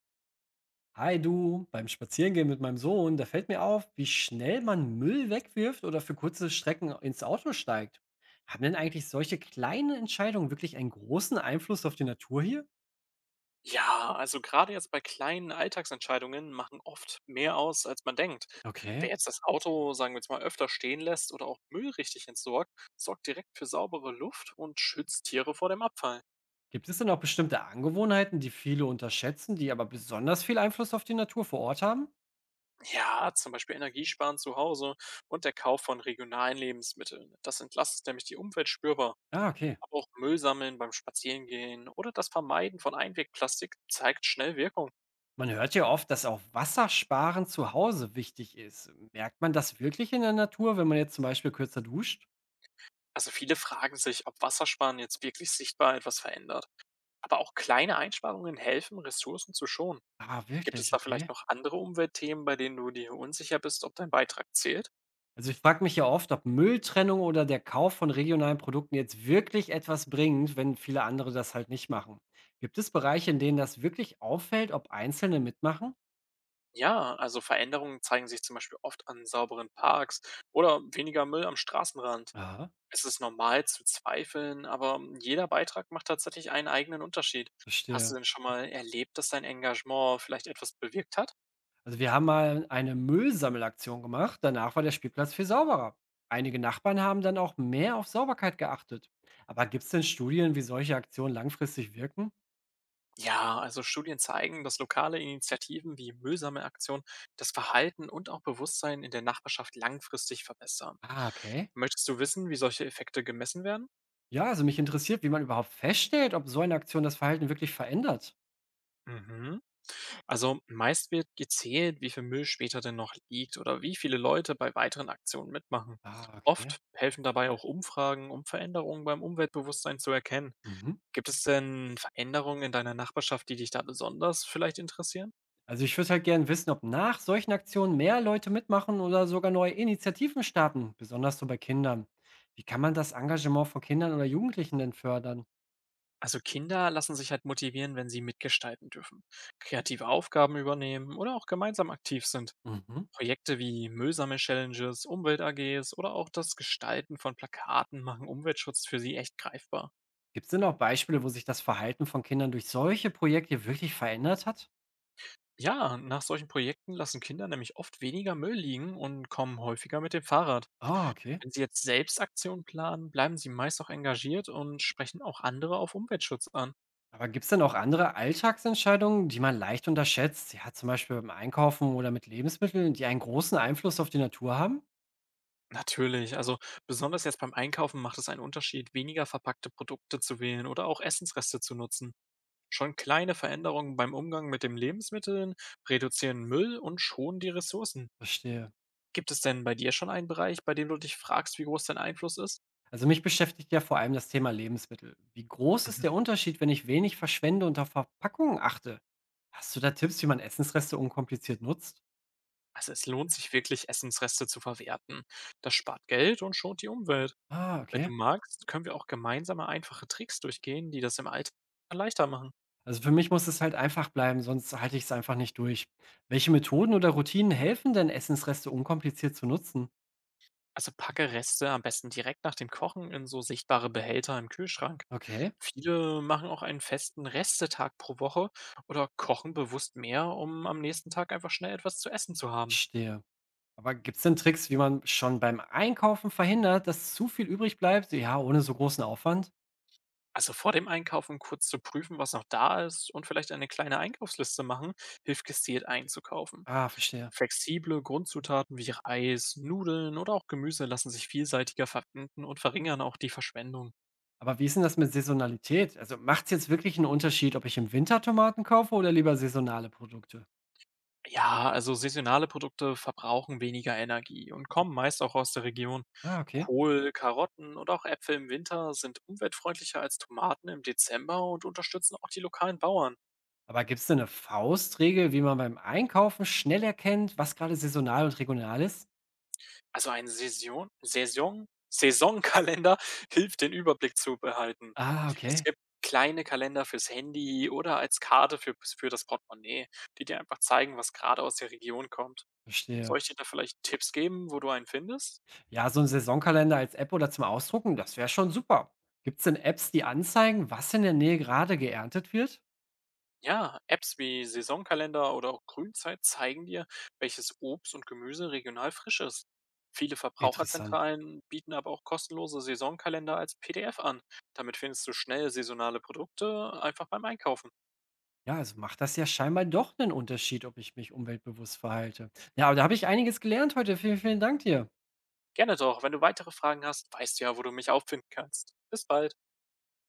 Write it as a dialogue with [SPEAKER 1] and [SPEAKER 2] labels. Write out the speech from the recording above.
[SPEAKER 1] Hi du, beim Spazierengehen mit meinem Sohn, da fällt mir auf, wie schnell man Müll wegwirft oder für kurze Strecken ins Auto steigt. Haben denn eigentlich solche kleinen Entscheidungen wirklich einen großen Einfluss auf die Natur hier?
[SPEAKER 2] Ja, also gerade jetzt bei kleinen Alltagsentscheidungen machen oft mehr aus, als man denkt. Wer
[SPEAKER 1] Okay.
[SPEAKER 2] jetzt das Auto, sagen wir jetzt mal, öfter stehen lässt oder auch Müll richtig entsorgt, sorgt direkt für saubere Luft und schützt Tiere vor dem Abfall.
[SPEAKER 1] Gibt es denn auch bestimmte Angewohnheiten, die viele unterschätzen, die aber besonders viel Einfluss auf die Natur vor Ort haben?
[SPEAKER 2] Ja, zum Beispiel Energiesparen zu Hause und der Kauf von regionalen Lebensmitteln. Das entlastet nämlich die Umwelt spürbar.
[SPEAKER 1] Ah, okay.
[SPEAKER 2] Aber auch Müll sammeln beim Spazierengehen oder das Vermeiden von Einwegplastik zeigt schnell Wirkung.
[SPEAKER 1] Man hört ja oft, dass auch Wassersparen zu Hause wichtig ist. Merkt man das wirklich in der Natur, wenn man jetzt zum Beispiel kürzer duscht?
[SPEAKER 2] Also viele fragen sich, ob Wassersparen jetzt wirklich sichtbar etwas verändert. Aber auch kleine Einsparungen helfen, Ressourcen zu schonen.
[SPEAKER 1] Ah,
[SPEAKER 2] Gibt es
[SPEAKER 1] wirklich,
[SPEAKER 2] da vielleicht
[SPEAKER 1] okay.
[SPEAKER 2] noch andere Umweltthemen, bei denen du dir unsicher bist, ob dein Beitrag zählt?
[SPEAKER 1] Also ich frage mich ja oft, ob Mülltrennung oder der Kauf von regionalen Produkten jetzt wirklich etwas bringt, wenn viele andere das halt nicht machen. Gibt es Bereiche, in denen das wirklich auffällt, ob Einzelne mitmachen?
[SPEAKER 2] Ja, also Veränderungen zeigen sich zum Beispiel oft an sauberen Parks oder weniger Müll am Straßenrand.
[SPEAKER 1] Aha,
[SPEAKER 2] Es ist normal zu zweifeln, aber jeder Beitrag macht tatsächlich einen eigenen Unterschied. Hast du
[SPEAKER 1] verstehe.
[SPEAKER 2] denn schon mal erlebt, dass dein Engagement vielleicht etwas bewirkt hat?
[SPEAKER 1] Also wir haben mal eine Müllsammelaktion gemacht, danach war der Spielplatz viel sauberer. Einige Nachbarn haben dann auch mehr auf Sauberkeit geachtet. Aber gibt es denn Studien, wie solche Aktionen langfristig wirken?
[SPEAKER 2] Ja, also Studien zeigen, dass lokale Initiativen wie müllsame Aktionen das Verhalten und auch Bewusstsein in der Nachbarschaft langfristig verbessern.
[SPEAKER 1] Ah, okay.
[SPEAKER 2] Möchtest du wissen, wie solche Effekte gemessen werden?
[SPEAKER 1] Ja, also mich interessiert, wie man überhaupt feststellt, ob so eine Aktion das Verhalten wirklich verändert.
[SPEAKER 2] Mhm. Also meist wird gezählt, wie viel Müll später denn noch liegt oder wie viele Leute bei weiteren Aktionen mitmachen.
[SPEAKER 1] Ah, okay.
[SPEAKER 2] Oft helfen dabei auch Umfragen, um Veränderungen beim Umweltbewusstsein zu erkennen.
[SPEAKER 1] Mhm.
[SPEAKER 2] Gibt es denn Veränderungen in deiner Nachbarschaft, die dich da besonders vielleicht interessieren?
[SPEAKER 1] Also ich würde halt gerne wissen, ob nach solchen Aktionen mehr Leute mitmachen oder sogar neue Initiativen starten, besonders so bei Kindern. Wie kann man das Engagement von Kindern oder Jugendlichen denn fördern?
[SPEAKER 2] Also Kinder lassen sich halt motivieren, wenn sie mitgestalten dürfen, kreative Aufgaben übernehmen oder auch gemeinsam aktiv sind.
[SPEAKER 1] Mhm.
[SPEAKER 2] Projekte wie Müllsammel-Challenges, Umwelt-AGs oder auch das Gestalten von Plakaten machen Umweltschutz für sie echt greifbar.
[SPEAKER 1] Gibt es denn auch Beispiele, wo sich das Verhalten von Kindern durch solche Projekte wirklich verändert hat?
[SPEAKER 2] Ja, nach solchen Projekten lassen Kinder nämlich oft weniger Müll liegen und kommen häufiger mit dem Fahrrad.
[SPEAKER 1] Ah, okay.
[SPEAKER 2] Wenn sie jetzt selbst Aktionen planen, bleiben sie meist auch engagiert und sprechen auch andere auf Umweltschutz an.
[SPEAKER 1] Aber gibt es denn auch andere Alltagsentscheidungen, die man leicht unterschätzt? Ja, zum Beispiel beim Einkaufen oder mit Lebensmitteln, die einen großen Einfluss auf die Natur haben?
[SPEAKER 2] Natürlich, also besonders jetzt beim Einkaufen macht es einen Unterschied, weniger verpackte Produkte zu wählen oder auch Essensreste zu nutzen. Schon kleine Veränderungen beim Umgang mit den Lebensmitteln reduzieren Müll und schonen die Ressourcen.
[SPEAKER 1] Verstehe.
[SPEAKER 2] Gibt es denn bei dir schon einen Bereich, bei dem du dich fragst, wie groß dein Einfluss ist?
[SPEAKER 1] Also mich beschäftigt ja vor allem das Thema Lebensmittel. Wie groß
[SPEAKER 2] Mhm.
[SPEAKER 1] ist der Unterschied, wenn ich wenig verschwende und auf Verpackungen achte? Hast du da Tipps, wie man Essensreste unkompliziert nutzt?
[SPEAKER 2] Also es lohnt sich wirklich, Essensreste zu verwerten. Das spart Geld und schont die Umwelt.
[SPEAKER 1] Ah,
[SPEAKER 2] Wenn du
[SPEAKER 1] okay.
[SPEAKER 2] magst, können wir auch gemeinsame einfache Tricks durchgehen, die das im Alltag leichter machen.
[SPEAKER 1] Also für mich muss es halt einfach bleiben, sonst halte ich es einfach nicht durch. Welche Methoden oder Routinen helfen denn, Essensreste unkompliziert zu nutzen?
[SPEAKER 2] Also packe Reste am besten direkt nach dem Kochen in so sichtbare Behälter im Kühlschrank.
[SPEAKER 1] Okay,
[SPEAKER 2] Viele machen auch einen festen Restetag pro Woche oder kochen bewusst mehr, um am nächsten Tag einfach schnell etwas zu essen zu
[SPEAKER 1] ich
[SPEAKER 2] haben.
[SPEAKER 1] stehe. Aber gibt es denn Tricks, wie man schon beim Einkaufen verhindert, dass zu viel übrig bleibt? Ja, ohne so großen Aufwand.
[SPEAKER 2] Also vor dem Einkaufen kurz zu prüfen, was noch da ist und vielleicht eine kleine Einkaufsliste machen, hilft gezielt einzukaufen.
[SPEAKER 1] Ah, verstehe.
[SPEAKER 2] Flexible Grundzutaten wie Reis, Nudeln oder auch Gemüse lassen sich vielseitiger verwenden und verringern auch die Verschwendung.
[SPEAKER 1] Aber wie ist denn das mit Saisonalität? Also macht's jetzt wirklich einen Unterschied, ob ich im Winter Tomaten kaufe oder lieber saisonale Produkte?
[SPEAKER 2] Ja, also saisonale Produkte verbrauchen weniger Energie und kommen meist auch aus der Region.
[SPEAKER 1] Ah, okay.
[SPEAKER 2] Kohl, Karotten und auch Äpfel im Winter sind umweltfreundlicher als Tomaten im Dezember und unterstützen auch die lokalen Bauern.
[SPEAKER 1] Aber gibt's denn eine Faustregel, wie man beim Einkaufen schnell erkennt, was gerade saisonal und regional ist?
[SPEAKER 2] Also ein Saisonkalender hilft, den Überblick zu behalten.
[SPEAKER 1] Ah,
[SPEAKER 2] Es
[SPEAKER 1] okay,
[SPEAKER 2] gibt kleine Kalender fürs Handy oder als Karte für das Portemonnaie, die dir einfach zeigen, was gerade aus der Region kommt.
[SPEAKER 1] verstehe.
[SPEAKER 2] Soll ich dir da vielleicht Tipps geben, wo du einen findest?
[SPEAKER 1] Ja, so ein Saisonkalender als App oder zum Ausdrucken, das wäre schon super. Gibt's denn Apps, die anzeigen, was in der Nähe gerade geerntet wird?
[SPEAKER 2] Ja, Apps wie Saisonkalender oder auch Grünzeit zeigen dir, welches Obst und Gemüse regional frisch ist. Viele
[SPEAKER 1] Interessant.
[SPEAKER 2] Verbraucherzentralen bieten aber auch kostenlose Saisonkalender als PDF an. Damit findest du schnell saisonale Produkte einfach beim Einkaufen.
[SPEAKER 1] Ja, also macht das ja scheinbar doch einen Unterschied, ob ich mich umweltbewusst verhalte. Ja, aber da habe ich einiges gelernt heute. Vielen, vielen Dank dir.
[SPEAKER 2] Gerne doch, wenn du weitere Fragen hast, weißt du ja, wo du mich auffinden kannst. Bis bald.